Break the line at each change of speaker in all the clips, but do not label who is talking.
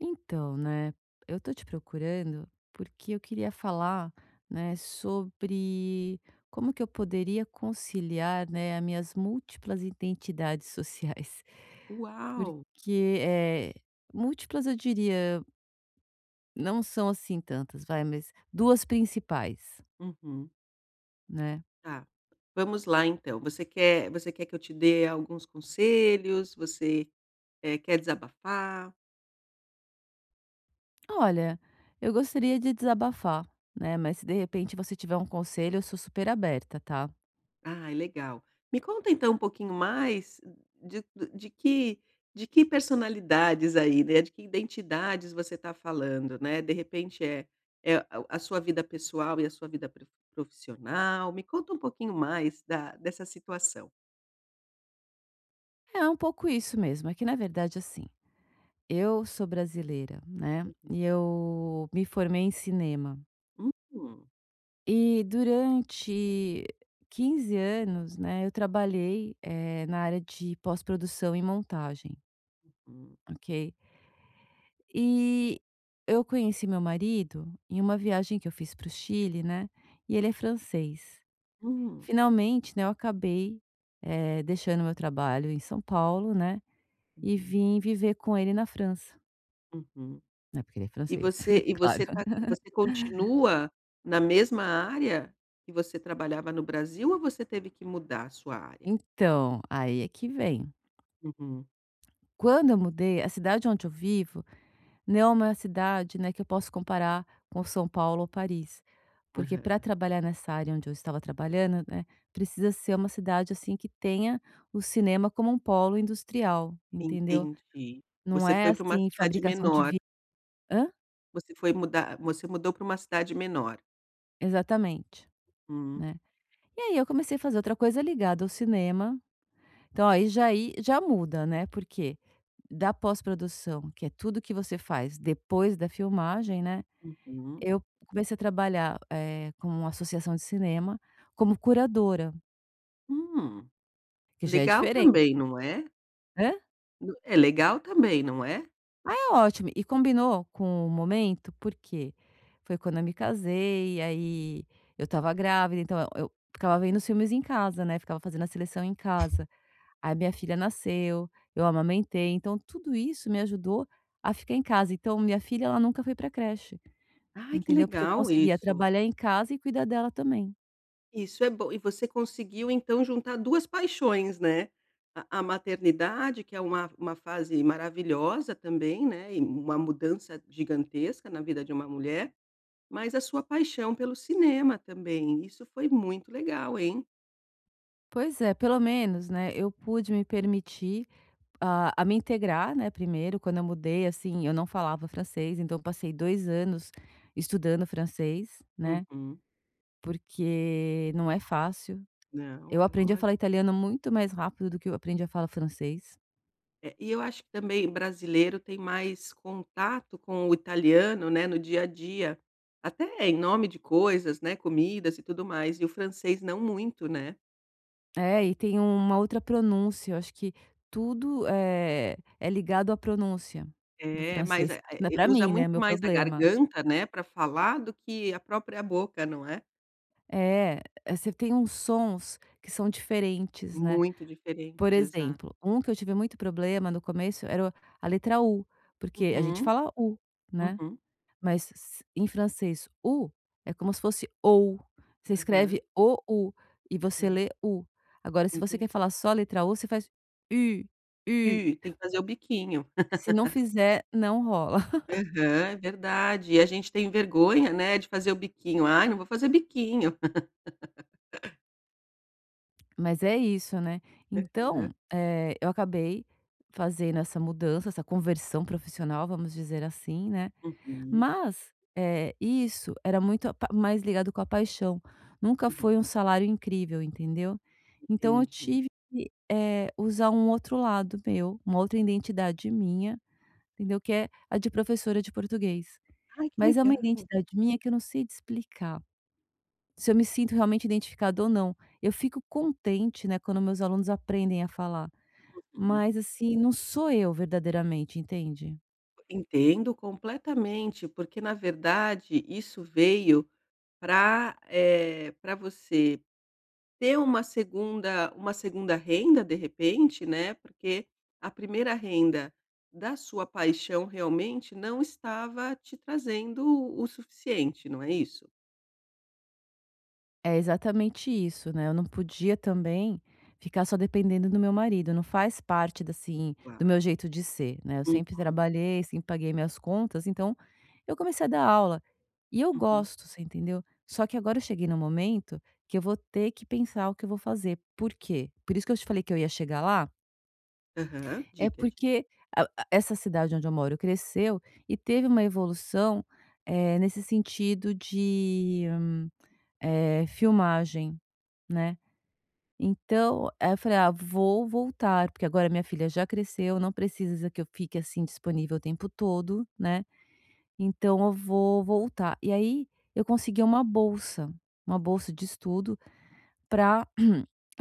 Então, né, eu tô te procurando porque eu queria falar, né, sobre como que eu poderia conciliar, né, as minhas múltiplas identidades sociais.
Uau!
Porque, múltiplas eu diria, não são assim tantas, vai, mas 2 principais,
Uhum.
né.
Tá. Vamos lá então, você quer que eu te dê alguns conselhos? Você, quer desabafar?
Olha, eu gostaria de desabafar, né, mas se de repente você tiver um conselho, eu sou super aberta, tá.
Ai, legal. Me conta então um pouquinho mais de de que de que personalidades aí, né, de que identidades você está falando, né? De repente é o a sua vida pessoal e a sua vida profissional? Me conta um pouquinho mais da dessa situação.
É um pouco isso mesmo, é que na verdade, assim. Eu sou brasileira, né,
Uhum.
e eu me formei em cinema.
Hum,
E durante 15 anos, né, eu trabalhei, na área de pós-produção e montagem,
hum,
ok. E eu conheci meu marido em uma viagem que eu fiz para o Chile, né, e ele é francês.
hum,
Finalmente, né, eu acabei, deixando meu trabalho em São Paulo, né, e
uhum,
vim viver com ele na França,
uhum.
né, porque ele é
E
francês,
você e
claro.
você tá você continua na mesma área que você trabalhava no Brasil ou você teve que mudar a sua área?
Então, aí é que vem.
Uhum,
Quando eu mudei, a cidade onde eu vivo não é uma cidade, né, que eu posso comparar com São Paulo ou Paris, porque para
aham,
trabalhar nessa área onde eu estava trabalhando, né, precisa ser uma cidade assim que tenha o cinema como um polo industrial, entendeu?
entendi.
Não
Você
é
foi para uma
assim
cidade
fabricação de
menor,
vi Hã?
você foi mudar você mudou para uma cidade menor.
Exatamente,
Hum,
né. E aí eu comecei a fazer outra coisa ligada ao cinema. Então, aí já muda, né, porque da pós-produção, que é tudo que você faz depois da filmagem, né,
uhum.
eu comecei a trabalhar, com uma associação de cinema, como curadora,
Hum,
que já é
legal
diferente,
também, não é?
né.
No É legal também, não é?
É ótimo, e combinou com o momento, porque foi quando eu me casei, aí eu estava grávida, então eu ficava vendo os filmes em casa, né, ficava fazendo a seleção em casa. Aí minha filha nasceu, eu amamentei, então tudo isso me ajudou a ficar em casa. Então minha filha, ela nunca foi pra creche,
Ai, que
entendeu? Porque eu
legal
conseguia
isso.
trabalhar em casa e cuidar dela também.
Isso é bom. E você conseguiu então juntar 2 paixões, né. A maternidade, que é uma fase maravilhosa também, né, e uma mudança gigantesca na vida de uma mulher, mas a sua paixão pelo cinema também. Isso foi muito legal, hein.
Pois é, pelo menos, né, eu pude me permitir a me integrar, né, primeiro, quando eu mudei, assim, eu não falava francês, então eu passei 2 anos estudando francês, né,
Uhum.
porque não é fácil.
Não,
Eu
é
aprendi a falar
lógico.
italiano muito mais rápido do que eu aprendi a falar francês.
É, e eu acho que também brasileiro tem mais contato com o italiano, né, no dia a dia, até em nome de coisas, né, comidas e tudo mais, e o francês não muito, né.
É, e tem uma outra pronúncia, eu acho que tudo é ligado à pronúncia do
É, mas,
francês. Não é para
usa
mim, né, é
muito
meu
mais a
problema.
garganta, né, para falar do que a própria boca, não é?
É, é, você tem uns sons que são diferentes, né.
Muito
Por
diferentes, exato.
exemplo, um que eu tive muito problema no começo era a letra U, porque a gente
Uhum,
fala U, né,
uhum.
mas s em francês U é como se fosse ou, você
Aham,
escreve ou e você
aham.
lê U. Agora se você quer
Entendi.
falar só a letra U, você faz u, u.
E tem que fazer o biquinho.
Se não fizer, não rola.
Aham, é verdade. E a gente tem vergonha, né, de fazer o biquinho. "Ai, não vou fazer biquinho".
Mas é isso, né. Então,
Aham.
eu acabei fazendo essa mudança, essa conversão profissional, vamos dizer assim, né.
Uhum,
Mas, isso era muito a pa mais ligado com a paixão, nunca
uhum.
foi um salário incrível, entendeu. Então eu
Entendi.
tive que, usar um outro lado meu, uma outra identidade minha, entendeu, que é a de professora de português.
Ai, que
Mas é uma
legal.
identidade minha que eu não sei te explicar. Se eu me sinto realmente identificada ou não. Eu fico contente, né, quando meus alunos aprendem a falar,
Uhum.
mas assim, não sou eu verdadeiramente, entende?
Entendo completamente, porque na verdade isso veio para você ter uma segunda renda, de repente, né, porque a primeira renda da sua paixão realmente não estava te trazendo o suficiente, não é isso?
É exatamente isso, né, eu não podia também ficar só dependendo do meu marido, não faz parte da assim, do
Claro.
meu jeito de ser, né, eu
Hum,
sempre trabalhei, sempre paguei minhas contas, então eu comecei a dar aula. E eu
uhum.
gosto, você entendeu? Só que agora eu cheguei no momento que eu vou ter que pensar o que eu vou fazer. Por quê? Por isso que eu te falei que eu ia chegar lá.
Aham.
É
Diga, diga.
porque a essa cidade onde eu moro cresceu e teve uma evolução, nesse sentido de, filmagem, né. Então, aí eu falei: "Ah, vou voltar", porque agora minha filha já cresceu, não precisa que eu fique, assim, disponível o tempo todo, né, então eu vou voltar. E aí eu consegui uma bolsa de estudo para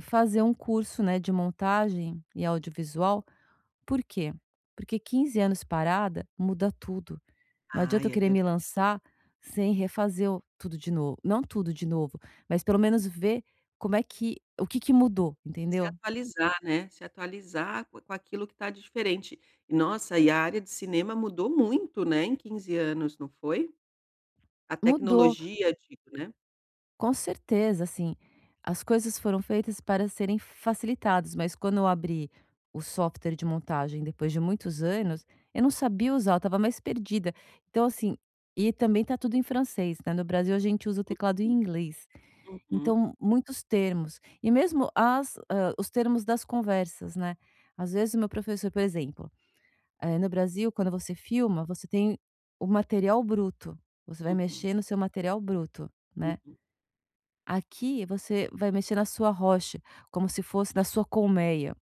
fazer um curso, né, de montagem e audiovisual. Por quê? Porque 15 anos parada muda tudo. Não adianta eu
Ai, é
querer me
verdade.
lançar sem refazer o tudo de novo. Não tudo de novo, mas pelo menos ver como é que o que que mudou,
Se
entendeu?
atualizar, né, se atualizar co com aquilo que está diferente. E nossa, e a área de cinema mudou muito, né, em 15 anos, não foi? A
Mudou,
tecnologia, digo, né.
com certeza, assim, as coisas foram feitas para serem facilitadas, mas quando eu abri o software de montagem depois de muitos anos, eu não sabia usar, eu estava mais perdida. Então, assim, e também tá tudo em francês, né, no Brasil a gente usa o teclado em
Uhum,
inglês.
uhum,
Então, muitos termos. E mesmo os termos das conversas, né. Às vezes o meu professor, por exemplo, no Brasil, quando você filma, você tem o material bruto, você vai
uhum,
mexer no seu material bruto, né.
uhum,
Aqui você vai mexer na sua rocha, como se fosse na sua colmeia,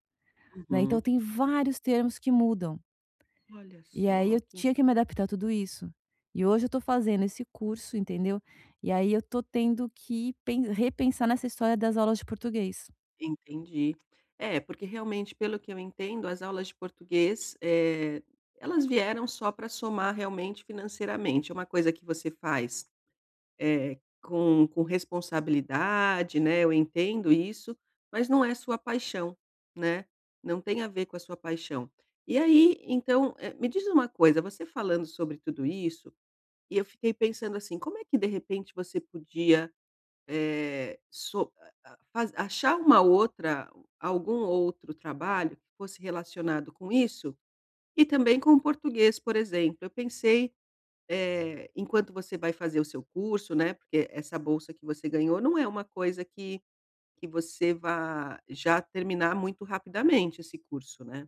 né. Então
uhum.
tem vários termos que mudam.
Olha
E aí
só.
eu
Que inte
tinha que me adaptar a tudo isso. E hoje eu tô fazendo esse curso, entendeu. E aí eu tô tendo que pen repensar nessa história das aulas de português.
Entendi. É, porque realmente, pelo que eu entendo, as aulas de português, elas vieram só para somar realmente financeiramente. É uma coisa que você faz, com responsabilidade, né, eu entendo isso, mas não é sua paixão, né, não tem a ver com a sua paixão. E aí, então, me diz uma coisa, você falando sobre tudo isso, e eu fiquei pensando assim, como é que de repente você podia Eh, so a faz achar uma outra algum outro trabalho que fosse relacionado com isso, e também com o português, por exemplo. Eu pensei, enquanto você vai fazer o seu curso, né, porque essa bolsa que você ganhou não é uma coisa que você vá já terminar muito rapidamente esse curso, né.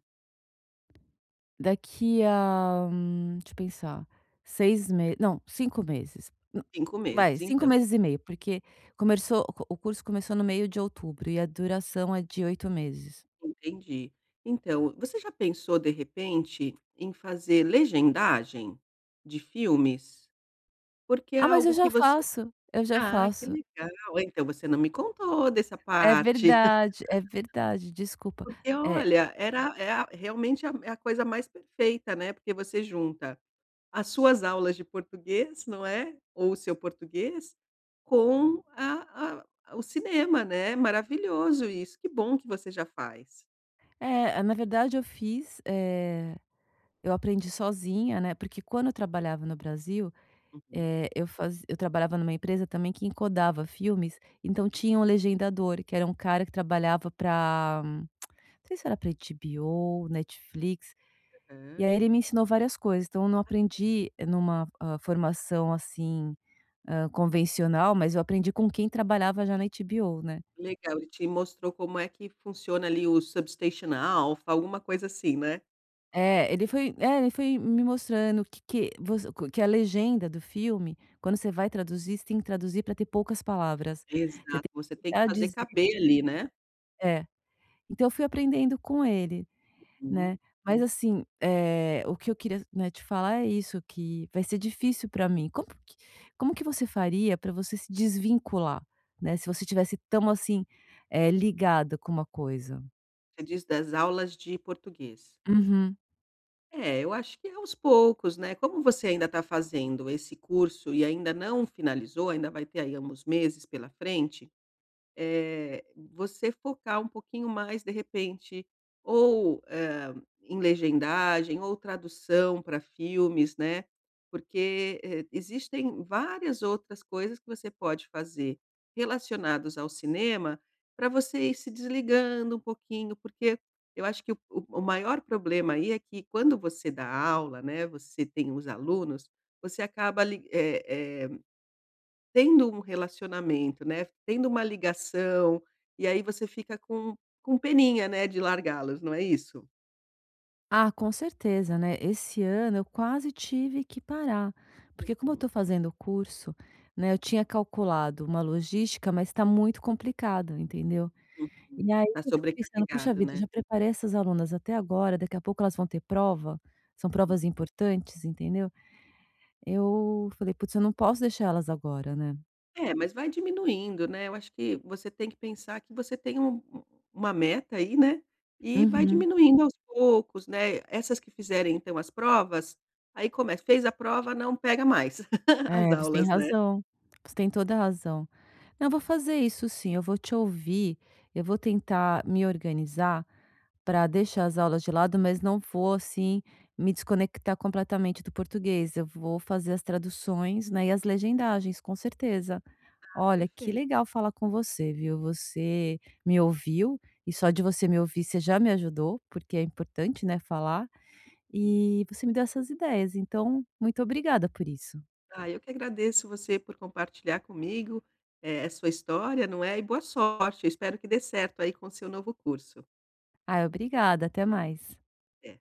Daqui a, deixa eu pensar, 6 meses, não, 5 meses. N
cinco
vai,
meses,
5
então,
meses e meio, porque começou o curso começou no meio de outubro e a duração é de 8 meses.
entendi. Então, você já pensou, de repente, em fazer legendagem de filmes? Porque é
Ah, mas eu
algo que
já
você.
faço, eu já
Ah, que
faço.
legal. Então você não me contou dessa parte.
É verdade, desculpa.
Porque
É,
olha, era é a realmente a é a coisa mais perfeita, né, porque você junta as suas aulas de português, não é, ou o seu português, com o cinema, né, maravilhoso isso, que bom que você já faz.
é, na verdade eu fiz, eu aprendi sozinha, né, porque quando eu trabalhava no Brasil,
Uhum.
Eu trabalhava numa empresa também que encodava filmes, então tinha um legendador, que era um cara que trabalhava para não sei se era para pra HBO, Netflix, e
Aham.
aí ele me ensinou várias coisas, então eu não aprendi numa, formação, assim, convencional, mas eu aprendi com quem trabalhava já na HBO, né.
Legal, ele te mostrou como é que funciona ali o Substation Alpha, alguma coisa assim, né?
É, ele foi me mostrando que a legenda do filme, quando você vai traduzir, você tem que traduzir para ter poucas palavras. Você
Exato,
tem
você
que
tem que
tentar
fazer
dizer
caber ali, né?
é. Então eu fui aprendendo com ele,
Hum.
né. Mas assim, o que eu queria, né, te falar é isso, que vai ser difícil para mim. Como que você faria para você se desvincular, né, se você tivesse tão assim, ligada com uma coisa?
Você diz das aulas de português.
Uhum.
É, eu acho que é aos poucos, né, como você ainda está fazendo esse curso e ainda não finalizou, ainda vai ter aí uns meses pela frente, você focar um pouquinho mais, de repente, ou, em legendagem ou tradução para filmes, né, porque, existem várias outras coisas que você pode fazer relacionados ao cinema, para você ir se desligando um pouquinho, porque eu acho que o maior problema aí é que quando você dá aula, né, você tem os alunos, você acaba eh eh tendo um relacionamento, né, tendo uma ligação, e aí você fica com peninha, né, de largá-los, não é isso?
Ah, com certeza, né. Esse ano eu quase tive que parar, porque como eu
Hum,
estou fazendo o curso, né, eu tinha calculado uma logística, mas está muito complicado, entendeu?
uhum.
E aí
Tá
eu fico pensando: "Puxa
sobrecarregado,
vida, eu
né.
já preparei essas alunas até agora, daqui a pouco elas vão ter prova, são
Hum.
provas importantes", entendeu. Eu falei: "Putz, eu não posso deixar elas agora, né".
É, mas vai diminuindo, né, eu acho que você tem que pensar que você tem uma meta aí, né, e vai
Uhum.
diminuindo aos poucos, né. Essas que fizerem então as provas, aí começa, fez a prova, não pega mais as
É, você tem
aulas, né.
razão, você tem toda a razão. Não, eu vou fazer isso sim, eu vou te ouvir, eu vou tentar me organizar para deixar as aulas de lado, mas não vou, assim, me desconectar completamente do português, eu vou fazer as traduções, né, e as legendagens, com certeza. Olha, que
Perfeito.
legal falar com você, viu. Você me ouviu, e só de você me ouvir você já me ajudou, porque é importante, né, falar, e você me deu essas ideias, então muito obrigada por isso.
Ah, eu que agradeço você por compartilhar comigo, a sua história, não é, e boa sorte, eu espero que dê certo aí com o seu novo curso.
Ah, obrigada, até mais.
É,